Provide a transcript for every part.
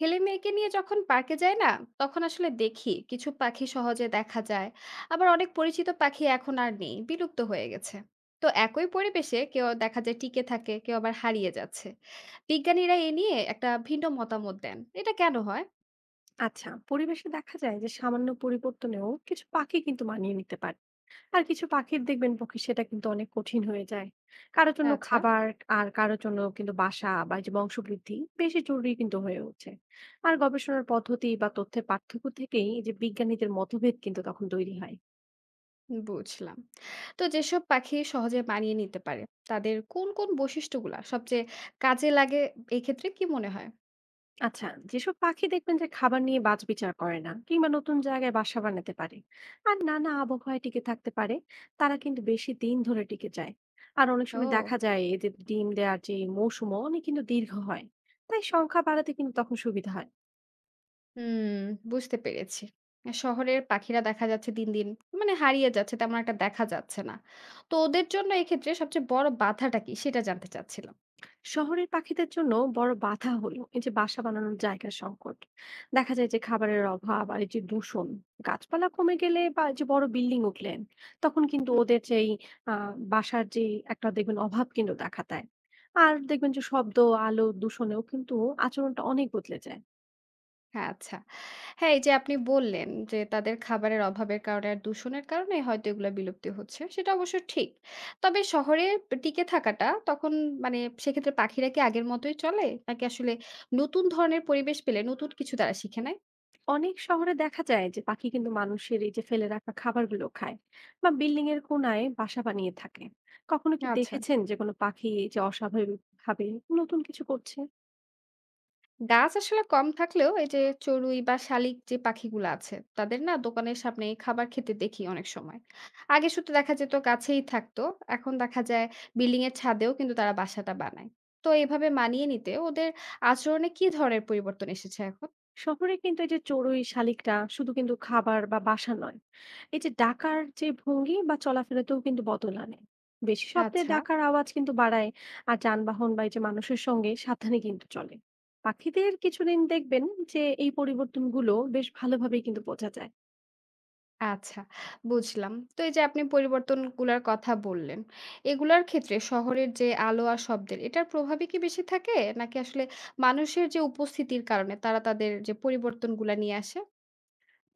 ছেলে মেয়েকে নিয়ে যখন পার্কে যাই না, তখন আসলে দেখি কিছু পাখি সহজে দেখা যায়। আবার অনেক পরিচিত পাখি এখন আর নেই, বিলুপ্ত হয়ে গেছে। তো একই পরিবেশে কেউ দেখা যায় টিকে থাকে, কেউ আবার হারিয়ে যাচ্ছে। বিজ্ঞানীরা এ নিয়ে একটা ভিন্ন মতামত দেন, এটা কেন হয়? আচ্ছা, পরিবেশে দেখা যায় যে সামান্য পরিবর্তনেও কিছু পাখি কিন্তু মানিয়ে নিতে পারে। আর কিছু পাখির দেখবেন পক্ষে সেটা কিন্তু অনেক কঠিন হয়ে যায়। কারোর জন্য আচ্ছা, খাবার আর কারোর জন্য কিন্তু বাসা বা এই যে বংশবৃদ্ধি বেশি জরুরি কিন্তু হয়ে উঠছে। আর গবেষণার পদ্ধতি বা তথ্যের পার্থক্য থেকেই এই যে বিজ্ঞানীদের মতভেদ কিন্তু তখন তৈরি হয়। বুঝলাম। তো যেসব পাখি সহজে মানিয়ে নিতে পারে, তাদের কোন কোন বৈশিষ্ট্যগুলা সবচেয়ে কাজে লাগে এক্ষেত্রে কি মনে হয়? আচ্ছা, যেসব পাখি দেখবেন যে খাবার নিয়ে বাছবিচার করে না কিংবা নতুন জায়গায় বাসা বানাতে পারে আর নানা আবহাওয়ায় টিকে থাকতে পারে, তারা কিন্তু বেশি দিন ধরে টিকে যায়। আর অনেক সময় ও, দেখা যায় এদের ডিম দেওয়ার যে মৌসুম অনেক কিন্তু দীর্ঘ হয়। তাই সংখ্যা বাড়াতে কিন্তু তখন সুবিধা হয়। হুম, বুঝতে পেরেছি। শহরের পাখিরা দেখা যাচ্ছে দিন দিন মানে হারিয়ে যাচ্ছে। তেমন একটা দেখা যাচ্ছে না। তো ওদের জন্য এক্ষেত্রে সবচেয়ে বড় বাধাটা কি? সেটা জানতে চাচ্ছিলাম। শহরের পাখিদের জন্য বড় বাধা হলো এই যে বাসা বানানোর জায়গার সংকট, দেখা যায় যে খাবারের অভাব আর এই যে দূষণ। গাছপালা কমে গেলে বা এই যে বড় বিল্ডিং উঠলেন, তখন কিন্তু হুম। ওদের যেই বাসার যে একটা দেখবেন অভাব কিন্তু দেখা দেয়। আর দেখবেন যে শব্দ, আলো দূষণেও কিন্তু আচরণটা অনেক বদলে যায়। হ্যাঁ, আচ্ছা। হ্যাঁ, এই যে আপনি বললেন যে তাদের খাবারের অভাবের কারণে আর দূষণের কারণে হয়তো এগুলা বিলুপ্তি হচ্ছে। সেটা অবশ্য ঠিক। তবে শহরে টিকে থাকাটা তখন মানে সেক্ষেত্রে পাখিরা কি আগের মতোই চলে? নাকি আসলে নতুন ধরনের পরিবেশ পেলে নতুন কিছু তারা শিখে নেয়? অনেক শহরে দেখা যায় যে পাখি কিন্তু মানুষের এই যে ফেলে রাখা খাবারগুলো খায় বা বিল্ডিং এর কোনায় বাসা বানিয়ে থাকে। কখনো কি আচ্ছা। দেখেছেন যে কোনো পাখি এই যে অস্বাভাবিক ভাবে নতুন কিছু করছে? গাছ আসলে কম থাকলেও এই যে চড়ুই বা শালিক যে পাখিগুলো আছে তাদের না দোকানের সামনে খাবার খেতে দেখি অনেক সময়। আগে শুধু দেখা যেত গাছেই থাকতো, এখন দেখা যায় বিল্ডিং এর ছাদেও কিন্তু তারা বাসাটা বানায়। তো এভাবে মানিয়ে নিতে ওদের আচরণে কি ধরনের পরিবর্তন এসেছে এখন? শহরে কিন্তু এই যে চড়ুই শালিকরা শুধু কিন্তু খাবার বা বাসা নয়, এই যে ডাকার যে ভঙ্গি বা চলাফেরাতেও কিন্তু বদল আনে। বেশি শব্দে আচ্ছা, ডাকার আওয়াজ কিন্তু বাড়ায়। আর যানবাহন বা এই যে মানুষের সঙ্গে সাবধানে কিন্তু চলে। পাখিদের কিছুদিন দেখবেন যে এই পরিবর্তনগুলো বেশ ভালোভাবেই কিন্তু বোঝা যায়। আচ্ছা, বুঝলাম। তো এই যে আপনি পরিবর্তনগুলোর কথা বললেন, এগুলার ক্ষেত্রে শহরের যে আলো আর শব্দের এটার প্রভাবই কি বেশি থাকে? নাকি আসলে মানুষের যে উপস্থিতির কারণে তারা তাদের যে পরিবর্তনগুলা নিয়ে আসে?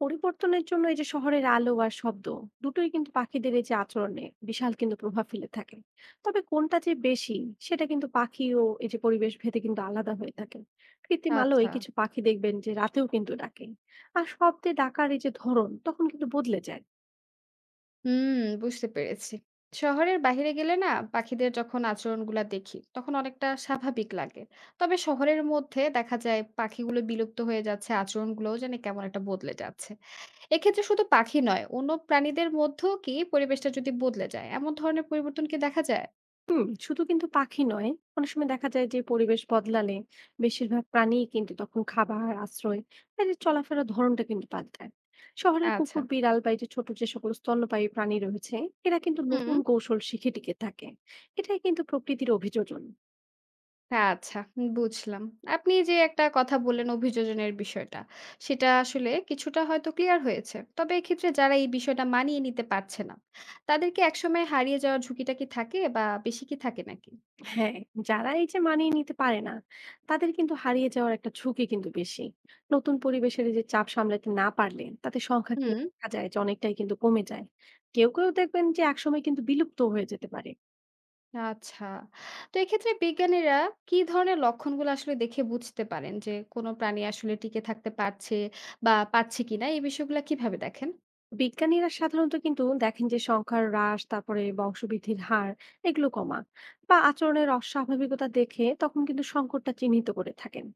পরিবর্তনের জন্য এই যে শহরের আলো আর শব্দ, দুটোই কিন্তু পাখিদের এই যে আচরণে বিশাল কিন্তু প্রভাব ফেলে থাকে। তবে কোনটা যে বেশি, সেটা কিন্তু পাখি ও এই যে পরিবেশ ভেদে কিন্তু আলাদা হয়ে থাকে। কৃত্রিম আলোয় আচ্ছা। কিছু পাখি দেখবেন যে রাতেও কিন্তু ডাকে। আর শব্দে ডাকার এই যে ধরন তখন কিন্তু বদলে যায়। হুম, বুঝতে পেরেছি। শহরের বাহিরে গেলে না পাখিদের যখন আচরণগুলা দেখি, তখন অনেকটা স্বাভাবিক লাগে। তবে শহরের মধ্যে দেখা যায় পাখিগুলো বিলুপ্ত হয়ে যাচ্ছে, আচরণগুলোও যেন কেমন একটা বদলে যাচ্ছে। এক্ষেত্রে শুধু পাখি নয়, অন্য প্রাণীদের মধ্যেও কি পরিবেশটা যদি বদলে যায়, এমন ধরনের পরিবর্তন কি দেখা যায়? হুম, শুধু কিন্তু পাখি নয়, অনেক সময় দেখা যায় যে পরিবেশ বদলালে বেশিরভাগ প্রাণী কিন্তু তখন খাবার, আশ্রয় আর এর চলাফেরার ধরনটা কিন্তু পাল্টায়। শহরের আচ্ছা। কুকুর, বিড়াল বা এই যে ছোট যে সকল স্তন্যপায়ী প্রাণী রয়েছে, এরা কিন্তু হুম। নতুন কৌশল শিখে টিকে থাকে। এটাই কিন্তু প্রকৃতির অভিযোজন। আচ্ছা, বুঝলাম। আপনি যে একটা কথা বললেন অভিযোজনের বিষয়টা, সেটা আসলে কিছুটা হয়তো ক্লিয়ার হয়েছে। তবে এক্ষেত্রে যারা এই বিষয়টা মানিয়ে নিতে পারছে না, তাদের কি একসময় হারিয়ে যাওয়ার ঝুঁকিটা কি থাকে বা বেশি কি থাকে নাকি? হ্যাঁ, যারা এই যে মানিয়ে নিতে পারে না, তাদের কিন্তু হারিয়ে যাওয়ার একটা ঝুঁকি কিন্তু বেশি। নতুন পরিবেশের এই যে চাপ সামলাতে না পারলে তাদের সংখ্যা কিন্তু হুম, দেখা যায় যে অনেকটাই কিন্তু কমে যায়। কেউ কেউ দেখবেন যে একসময় কিন্তু বিলুপ্ত হয়ে যেতে পারে। আচ্ছা। তো এক্ষেত্রে বিজ্ঞানীরা কি ধরনের লক্ষণগুলো আসলে দেখে বুঝতে পারেন যে কোনো প্রাণী আসলে টিকে থাকতে পারছে বা পারছে কিনা, এই বিষয়গুলা কিভাবে দেখেন? বিজ্ঞানীরা সাধারণত কিন্তু দেখেন যে সংখ্যার হ্রাস, তারপরে বংশবৃদ্ধির হার এগুলো কমা বা আচরণের অস্বাভাবিকতা দেখে তখন কিন্তু সংকটটা চিহ্নিত করে থাকেন।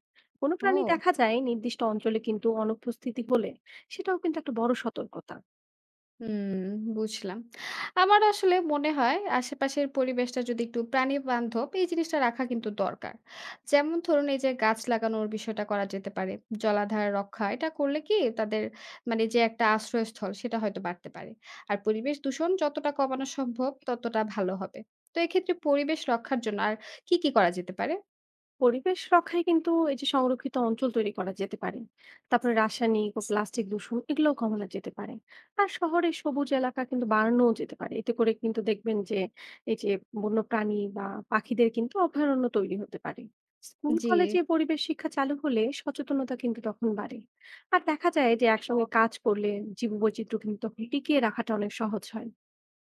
কোনো প্রাণী ও। দেখা যায় নির্দিষ্ট অঞ্চলে কিন্তু অনুপস্থিতি হলে সেটাও কিন্তু একটা বড় সতর্কতা। হুম, বুঝলাম। আমার আসলে মনে হয় আশেপাশের পরিবেশটা যদি একটু প্রাণীবান্ধব, এই জিনিসটা রাখা কিন্তু দরকার। যেমন ধরুন এই যে গাছ লাগানোর বিষয়টা করা যেতে পারে। জলাধার রক্ষা এটা করলে কি তাদের মানে যে একটা আশ্রয়স্থল, সেটা হয়তো বাড়তে পারে। আর পরিবেশ দূষণ যতটা কমানো সম্ভব ততটা ভালো হবে। তো এক্ষেত্রে পরিবেশ রক্ষার জন্য আর কি কি করা যেতে পারে? পরিবেশ রক্ষায় কিন্তু এই যে সংরক্ষিত অঞ্চল তৈরি করা যেতে পারে। তারপরে রাসায়নিক ও প্লাস্টিক দূষণ এগুলোও কমানো যেতে পারে। আর শহরে সবুজ এলাকা কিন্তু বাড়ানোও যেতে পারে। এতে করে কিন্তু দেখবেন যে এই যে বন্য প্রাণী বা পাখিদের কিন্তু অভয়ারণ্য তৈরি হতে পারে। স্কুল জি। কলেজে পরিবেশ শিক্ষা চালু হলে সচেতনতা কিন্তু তখন বাড়ে। আর দেখা যায় যে একসঙ্গে কাজ করলে জীববৈচিত্র্য কিন্তু তখন টিকিয়ে রাখাটা অনেক সহজ হয়।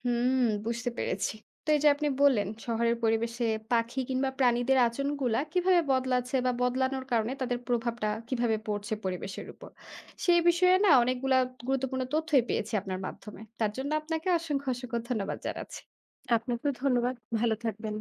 হুম, বুঝতে পেরেছি। তো এই যে আপনি বললেন শহরের পরিবেশে পাখি কিংবা প্রাণীদের আচরণগুলা কিভাবে বদলাচ্ছে বা বদলানোর কারণে তাদের প্রভাবটা কিভাবে পড়ছে পরিবেশের উপর, সেই বিষয়ে না অনেকগুলা গুরুত্বপূর্ণ তথ্যই পেয়েছি আপনার মাধ্যমে। তার জন্য আপনাকে অসংখ্য অসংখ্য ধন্যবাদ জানাচ্ছি। আপনাকেও ধন্যবাদ, ভালো থাকবেন।